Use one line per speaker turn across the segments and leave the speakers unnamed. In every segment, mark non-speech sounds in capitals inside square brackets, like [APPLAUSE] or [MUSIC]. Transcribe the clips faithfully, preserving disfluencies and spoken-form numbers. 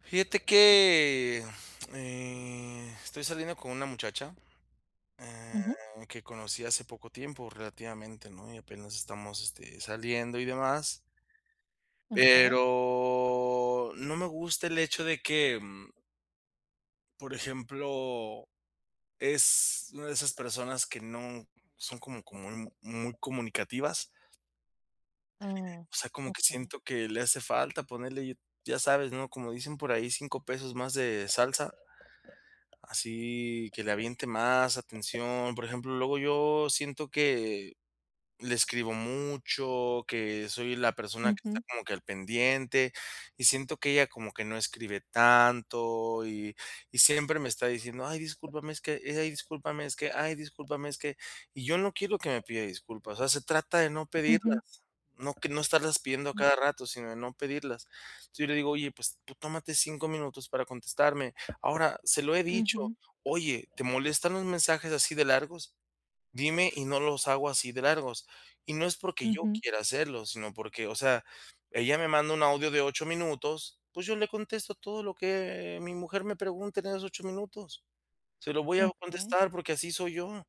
Fíjate que, eh, estoy saliendo con una muchacha, eh,
Ujú,
que conocí hace poco tiempo relativamente, ¿no? Y apenas estamos, este, saliendo y demás,
okey.
pero no me gusta el hecho de que, mm, por ejemplo, es una de esas personas que no son como como muy muy comunicativas,
Oh,
o sea, como que
okey.
siento que le hace falta ponerle, ya sabes, ¿no? Como dicen por ahí, cinco pesos más de salsa. Así que le aviente más atención. Por ejemplo, luego yo siento que le escribo mucho, que soy la persona que está
Ujú,
como que al pendiente, y siento que ella como que no escribe tanto y y siempre me está diciendo: "Ay, discúlpame, es que, ay, discúlpame, es que, ay, discúlpame, es que", y yo no quiero que me pida disculpas, o sea, se trata de no
ujú,
pedirlas, no que no estarlas pidiendo a
mm.
cada rato, sino de no pedirlas. Entonces, yo le digo: "Oye, pues tú tómate cinco minutos para contestarme". Ahora, se lo he dicho:
Ujú,
"Oye, ¿te molestan los mensajes así de largos?". Dime y no los hago así de largos. Y no es porque yo
ujú,
quiera hacerlo, sino porque, o sea, ella me manda un audio de ocho minutos, pues yo le contesto todo lo que mi mujer me pregunte en esos ocho minutos. Se lo voy a
okey.
contestar porque así soy yo.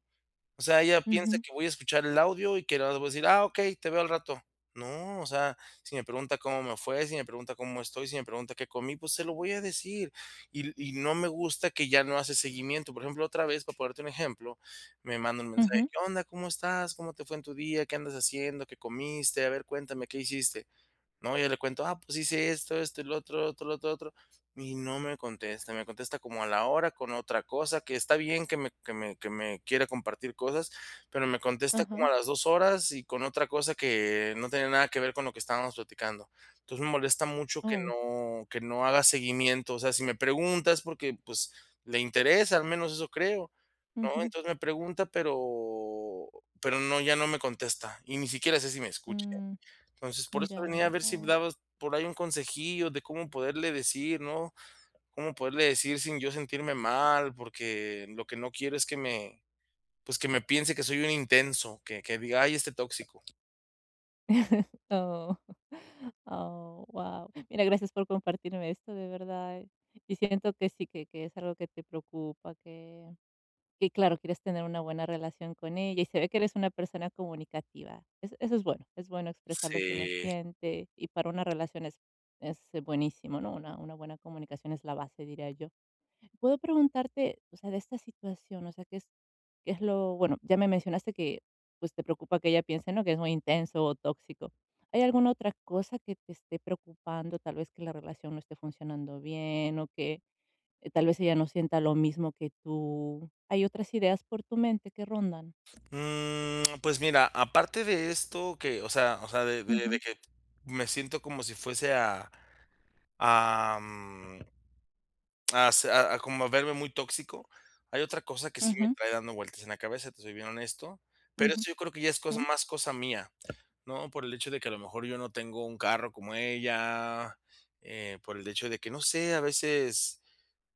O sea, ella piensa
Ujú,
que voy a escuchar el audio y que nada voy a decir: "Ah, okey, te veo al rato". No, o sea, si me pregunta cómo me fue, si me pregunta cómo estoy, si me pregunta qué comí, pues se lo voy a decir. Y y no me gusta que ya no hace seguimiento. Por ejemplo, otra vez, para ponerte un ejemplo, me manda un mensaje:
ujú,
"¿Qué onda? ¿Cómo estás? ¿Cómo te fue en tu día? ¿Qué andas haciendo? ¿Qué comiste? A ver, cuéntame, ¿qué hiciste?". No, yo le cuento, ah, pues hice esto, esto el otro, otro, lo otro, otro, y no me contesta, me contesta como a la hora con otra cosa, que está bien que me que me que me quiera compartir cosas, pero me contesta como a
ajá.
las dos horas y con otra cosa que no tiene nada que ver con lo que estábamos platicando. Entonces, me molesta mucho que
Oh,
no que no haga seguimiento, o sea, si me pregunta es porque, pues, le interesa, al menos eso creo, ¿no?
ujú,
Entonces, me pregunta, pero pero no, ya no me contesta, y ni siquiera sé si me escucha.
mm,
Entonces, por eso
ya.
venía a ver si
Oh.
dabas por ahí un consejillo de cómo poderle decir, ¿no? Cómo poderle decir sin yo sentirme mal, porque lo que no quiero es que me, pues que me piense que soy un intenso, que, que diga, ay, este tóxico.
Oh, [LAUGHS] oh, guau. Mira, gracias por compartirme esto, de verdad. Y siento que sí, que que es algo que te preocupa, que Que claro, quieres tener una buena relación con ella y se ve que eres una persona comunicativa. Es eso es bueno, es bueno expresar lo que uno
Sí.
siente y para una relación es es eh, buenísimo, ¿no? Una una buena comunicación es la base, diría yo. Puedo preguntarte, o sea, de esta situación, o sea, ¿qué es qué es lo bueno? Ya me mencionaste que, pues, te preocupa que ella piense, ¿no?, que es muy intenso o tóxico. ¿Hay alguna otra cosa que te esté preocupando? Tal vez que la relación no esté funcionando bien o que eh, tal vez ella no sienta lo mismo que tú. Hay otras ideas por tu mente que rondan.
Mm, pues mira, aparte de esto, que, o sea, o sea, de, de- de
Ujú,
que me siento como si fuese a, a, mm, a, se- a- a como a verme muy tóxico, hay otra cosa que sí me
ujú,
trae dando vueltas en la cabeza, te soy bien honesto, pero
ujú,
eso yo creo que ya es cosa,
sí.
más cosa mía. No, por el hecho de que a lo mejor yo no tengo un carro como ella, eh, por el hecho de que, no sé, a veces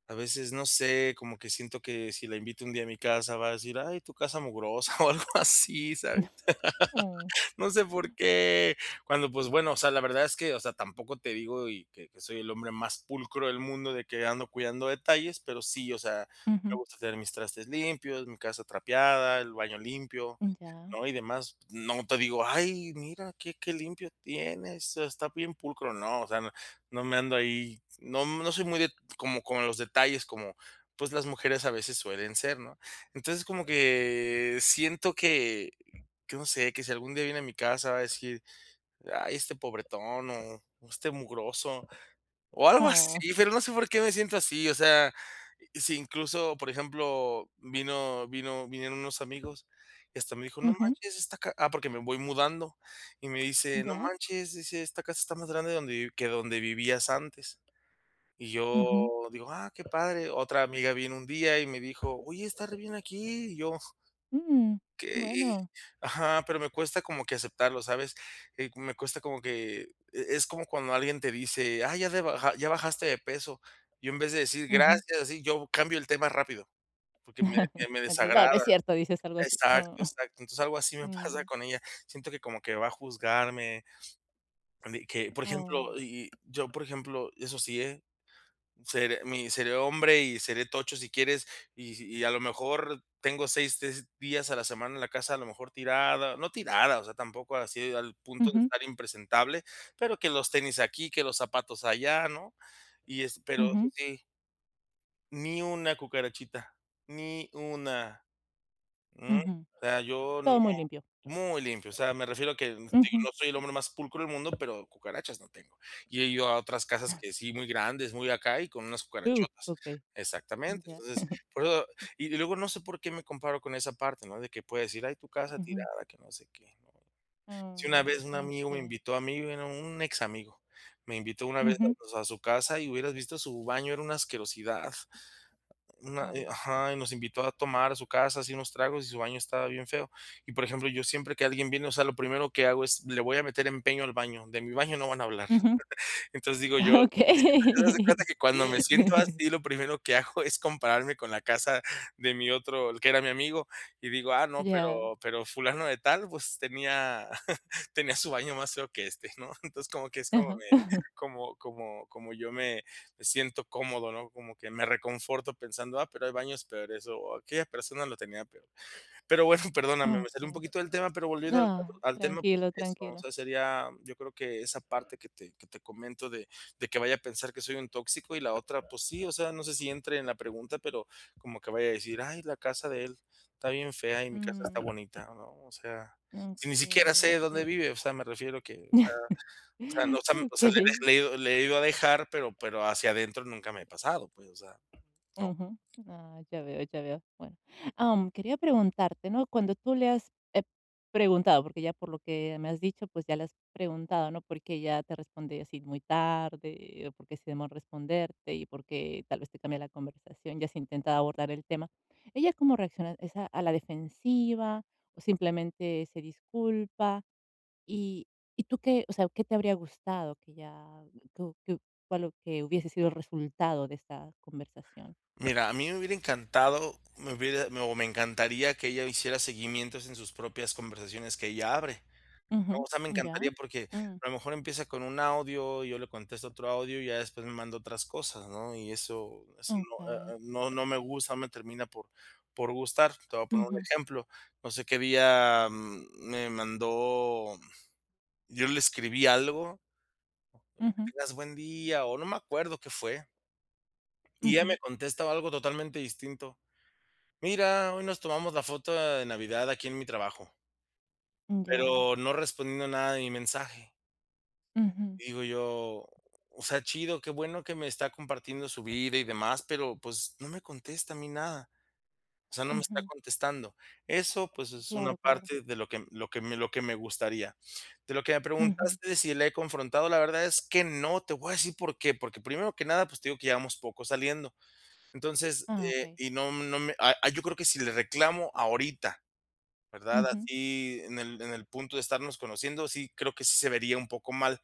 a veces, no sé, como que siento que si la invito un día a mi casa va a decir: "Ay, tu casa mugrosa", [LAUGHS] o algo así, ¿sabes?
[LAUGHS] Oh,
[LAUGHS] No sé por qué. Cuando, pues bueno, o sea, la verdad es que, o sea, tampoco te digo y que, que soy el hombre más pulcro del mundo de que ando cuidando detalles, pero sí, o sea, me
ujú,
gusta tener mis trastes limpios, mi casa trapeada, el baño limpio,
ya.
¿no? Y demás. No te digo, ay, mira, qué, qué limpio tienes, está bien pulcro. No, o sea, no, no me ando ahí, no, no soy muy de, como con los detalles, como pues las mujeres a veces suelen ser, ¿no? Entonces como que siento que que no sé, que si algún día viene a mi casa va a decir, ay, este pobretón o, o este mugroso o algo [LAUGHS]
Oh,
así, pero no sé por qué me siento así, o sea, si incluso, por ejemplo, vino vino vinieron unos amigos y hasta me dijo: "No
ujú,
manches, esta ca" ah, porque me voy mudando, y me dice: "No
ya.
manches", dice: "Esta casa está más grande donde vi que donde vivías antes". Y
Ujú,
yo digo: "Ah, qué padre". Otra amiga vino un día y me dijo: "Oye, está re bien aquí", y yo:
mm,
que.
bueno,
Ajá, pero me cuesta como que aceptarlo, ¿sabes? Eh, me cuesta como que e es como cuando alguien te dice: "Ah, ya de baja ya bajaste de peso". Yo en vez de decir:
ujú.
"Gracias", así, yo cambio el tema rápido, porque me
[LAUGHS]
me me
Dices, no, no
desagrada.
es cierto, dices algo así.
Exacto,
Oh,
exacto. Entonces, algo así me [LAUGHS] pasa
mm,
con ella. Siento que como que va a juzgarme, de que, por
oh,
ejemplo, y y yo, por ejemplo, eso sí, ¿eh? Seré mi seré hombre y seré tocho si quieres, y y a lo mejor tengo seis des días a la semana en la casa, a lo mejor tirada, no tirada, o sea, tampoco así al punto de
ujú,
estar impresentable, pero que los tenis aquí, que los zapatos allá, ¿no? Y es pero eso
ujú,
sí, ni una cucarachita, ni una, mm,
ujú.
o sea, yo no.
Todo muy limpio.
Muy limpio, o sea, me refiero a que, digo,
Ujú,
no soy el hombre más pulcro del mundo, pero cucarachas no tengo. Y he ido a otras casas que sí, muy grandes, muy acá, y con unas
uh,
cucarachotas.
ok,
Exactamente.
ya.
Entonces, por eso y luego no sé por qué me comparo con esa parte, ¿no? De que puede decir: "Ay, tu casa
[LAUGHS] Ujú,
tirada, que no sé qué", ¿no? Sí, una vez
oh,
un amigo me
ok,
invitó a mí, bueno, un ex amigo, me invitó una vez a,
ujú,
pues, a su casa y hubieras visto su baño, era una asquerosidad. Una eh,
oh,
ajá, y nos invitó a tomar a su casa, así unos tragos, y su baño estaba bien feo. Y, por ejemplo, yo siempre que alguien viene, o sea, lo primero que hago es, le voy a meter empeño al baño, de mi baño no van a hablar.
ujú.
[LAUGHS] Entonces, digo yo, entonces, haz de cuenta
Okay.
que cuando me siento
[LAUGHS]
así, lo primero que hago [LAUGHS] es compararme con la casa de mi otro el que era mi amigo, y digo: "Ah, no, pero
Ya.
pero fulano de tal, pues, tenía [LAUGHS] tenía su baño más feo que este", ¿no? [LAUGHS] Entonces, como que es como
Ajá.
me
[LAUGHS]
como como como yo me me siento cómodo, ¿no? Como que me reconforto pensando: "Ah, pero hay baños peores", o "aquella persona lo tenía peor". Pero bueno, [LAUGHS] perdóname, me salí un
Okey.
poquito del tema, pero volviendo
No,
al al tema, pues
tranquilo,
eso, o
tranquilo.
sea, sería, yo creo que esa parte que te que te comento de de que vaya a pensar que soy un tóxico y la otra, pues sí, o sea, no sé si entre en la pregunta, pero como que vaya a decir: "Ay, la casa de él está bien fea y mi casa está
Mm,
bonita", ¿no? O sea, si ni siquiera
okay,
sé dónde
okay.
vive, o sea, me refiero que, o sea,
[LAUGHS]
o sea, no, o sea, o sea, le he dej-
Okey.
le he ido le he ido a dejar, pero pero hacia adentro nunca me he pasado, pues, o sea, no.
Ujú. Ah, ya veo, ya veo. Bueno, am, quería preguntarte, ¿no? Cuando tú le has eh, preguntado, porque ya por lo que me has dicho, pues ya le has preguntado, ¿no? Porque ya te responde así muy tarde, o porque se demoró en responderte y porque tal vez te cambia la conversación, ya se intenta abordar el tema. ¿Ella cómo reacciona? ¿Es a, a la defensiva o simplemente se disculpa? ¿Y, y tú qué, o sea, qué te habría gustado que ya, que, que- cuál o- que hubiese sido el resultado de esta conversación?
Mira, a mí me hubiera encantado, me hubiera, me- o me encantaría que ella hiciera seguimientos en sus propias conversaciones que ella abre. ¿No? O
Mhm.
sea, me encantaría
Ya.
porque
Mm,
a lo mejor empieza con un audio, yo le contesto otro audio y ya después me manda otras cosas, ¿no? Y eso, eso no, eh,
okay.
eh, no, no me gusta, no me termina por, por gustar. Te voy a poner un
Mhm,
ejemplo. No sé qué día mm, me mandó, yo le escribí algo, que
mhm,
tengas buen día, o no me acuerdo qué fue, y ella
mhm.
me contesta algo totalmente distinto. Mira, hoy nos tomamos la foto de Navidad aquí en mi trabajo,
Ya.
pero no respondiendo nada de mi mensaje.
Mhm,
Y digo yo, o sea, chido, qué bueno que me está compartiendo su vida y demás, pero pues no me contesta a mí nada. O sea, no me está
mhm.
contestando. Eso, pues, es una
Claro, claro.
parte de lo que lo que me lo que me gustaría. De lo que me
Ujú.
preguntaste de si le he confrontado, la verdad es que no, te voy a decir por qué, porque primero que nada, pues te digo que llevamos poco saliendo. Entonces,
Ah,
eh,
okay.
y no no me ah, ah, yo creo que si le reclamo ahorita. ¿Verdad?
Ujú.
Así en el en el punto de estarnos conociendo, sí creo que sí se vería un poco mal,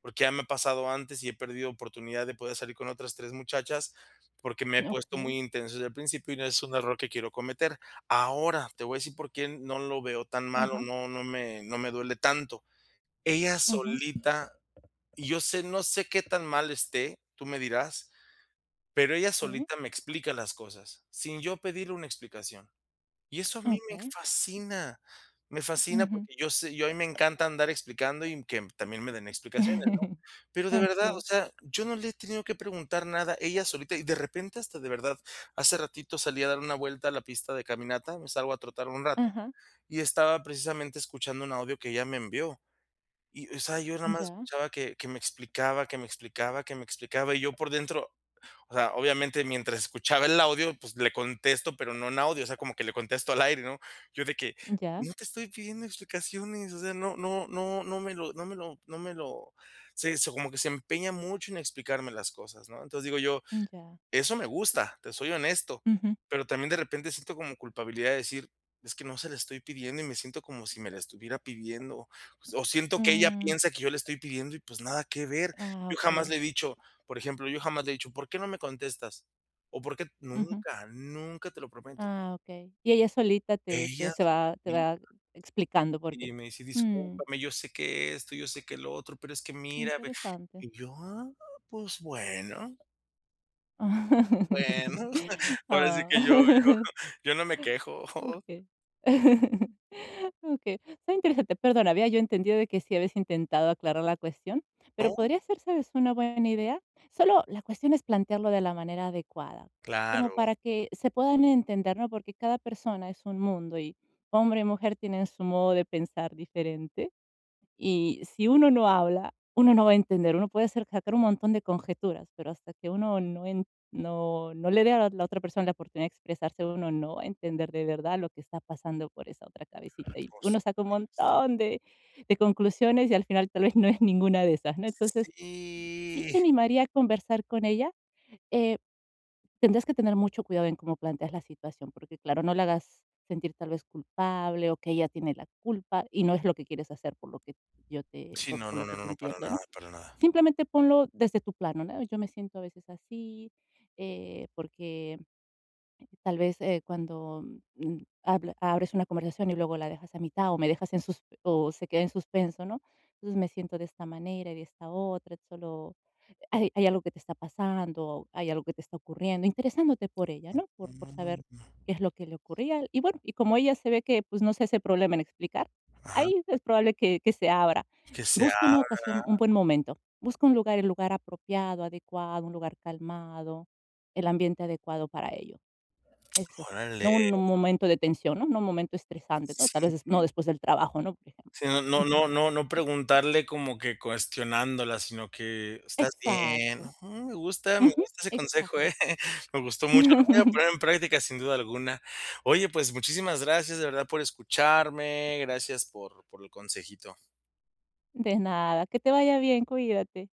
porque ya me ha pasado antes y he perdido oportunidad de poder salir con otras tres muchachas, porque me he puesto
Okay.
muy intenso desde el principio y no es un error que quiero cometer. Ahora, te voy a decir por qué no lo veo tan mal o
Ajá.
no no me no me duele tanto. Ella
Ujú.
solita, y yo sé no sé qué tan mal esté, tú me dirás, pero ella
Sí.
solita me explica las cosas, sin yo pedirle una explicación. Y eso a mí me
Okay.
fascina, me fascina
Ujú.
porque yo sé yo a mí me encanta andar explicando y que también me den explicaciones, ¿no?
[LAUGHS]
Pero de verdad, o
Okay.
sea, yo no le he tenido que preguntar nada, ella solita y de repente hasta de verdad, hace ratito salí a dar una vuelta a la pista de caminata, me salgo a trotar un rato
Ajá.
y estaba precisamente escuchando un audio que ella me envió. Y, o sea, yo nada más
Ya,
escuchaba que que me explicaba, que me explicaba, que me explicaba, y yo por dentro, o sea, obviamente mientras escuchaba el audio, pues le contesto, pero no en audio, o sea, como que le contesto al aire, ¿no? Yo de que
ya,
no te estoy pidiendo explicaciones, o sea, no, no, no, no me lo, no me lo, no me lo, se, se- como que se empeña mucho en explicarme las cosas, ¿no? Entonces digo yo,
ya.
eso me gusta, te soy honesto,
Ujú.
pero también de repente siento como culpabilidad de decir: "Es que no se la estoy pidiendo", y me siento como si me la estuviera pidiendo, pues, o siento que ella
Mm,
piensa que yo le estoy pidiendo y, pues, nada que ver.
ah,
Yo jamás
okay.
le he dicho, por ejemplo, yo jamás le he dicho: "¿Por qué no me contestas?", o, "¿Por qué?".
Ujú.
Nunca, nunca, te lo prometo.
Ah, okay. Y ella solita te te se
Ellas
va te
vi
va explicando por qué.
Y me dice:
Mm,
"Discúlpame, yo sé que esto, yo sé que lo otro, pero es que mira, ve".
interesante.
Y yo: "Ah, pues bueno,
[LAUGHS]
bueno". Ahora sí
Ah,
que yo yo
[LAUGHS]
[LAUGHS] yo no me quejo, [LAUGHS]
okey. Okey, [LAUGHS] está interesante. Perdona, había yo entendido de que sí habías intentado aclarar la cuestión, pero
¿no?
podría ser, ¿sabes?, una buena idea. Solo la cuestión es plantearlo de la manera adecuada, como
Claro,
para que se puedan entender, ¿no? Porque cada persona es un mundo y hombre y mujer tienen su modo de pensar diferente. Y si uno no habla, uno no va a entender. Uno puede hacer sacar un montón de conjeturas, pero hasta que uno no en no no le dé a la la otra persona la oportunidad de expresarse, uno no va a entender de verdad lo que está pasando por esa otra
por
cabecita. Y
supuesto.
uno saca un montón de de conclusiones y al final tal vez no es ninguna de esas, ¿no? Entonces, sí
Sí.
te animaría a conversar con ella, eh Tendrás que tener mucho cuidado en cómo planteas la situación, porque claro, no la hagas sentir tal vez culpable o que ella tiene la culpa, y no es lo que quieres hacer, por lo que yo te,
Sí,
por,
no,
por
no,
lo
no,
que
no,
te
no, para
entiendo,
nada,
¿no?
para nada.
Simplemente ponlo desde tu plano, ¿no? Yo me siento a veces así, eh, porque tal vez, eh, cuando, mm, habla abres una conversación y luego la dejas a mitad, o me dejas en sus o se queda en suspenso, ¿no? Entonces, me siento de esta manera y de esta otra, solo hay hay algo que te está pasando, hay algo que te está ocurriendo, interesándote por ella, ¿no?
No,
Por por
no, no, no.
saber
No.
qué es lo que le ocurría. Y bueno, y como ella se ve que, pues, no se hace problema en explicar,
Ajá,
ahí es probable que que se abra.
que
Busca
sea
una ocasión, un buen momento. Busca un lugar, el lugar apropiado, adecuado, un lugar calmado, el ambiente adecuado para ello. Eso sí, no
órale.
un momento de tensión, ¿no? No un momento estresante, ¿no? Tal
Sí,
vez es no después del trabajo, ¿no? Por ejemplo.
sí, no no
[LAUGHS] Ujú.
no no no preguntarle como que cuestionándola, sino que: "¿Estás bien?".
Exacto.
Ujú, me gusta, me
Ujú,
gusta ese consejo,
exacto.
¿eh? [LAUGHS] Me gustó mucho, lo voy a poner en
[LAUGHS]
práctica sin duda alguna. Oye, pues muchísimas gracias de verdad por escucharme, gracias por por el consejito.
De nada, que te vaya bien, cuídate.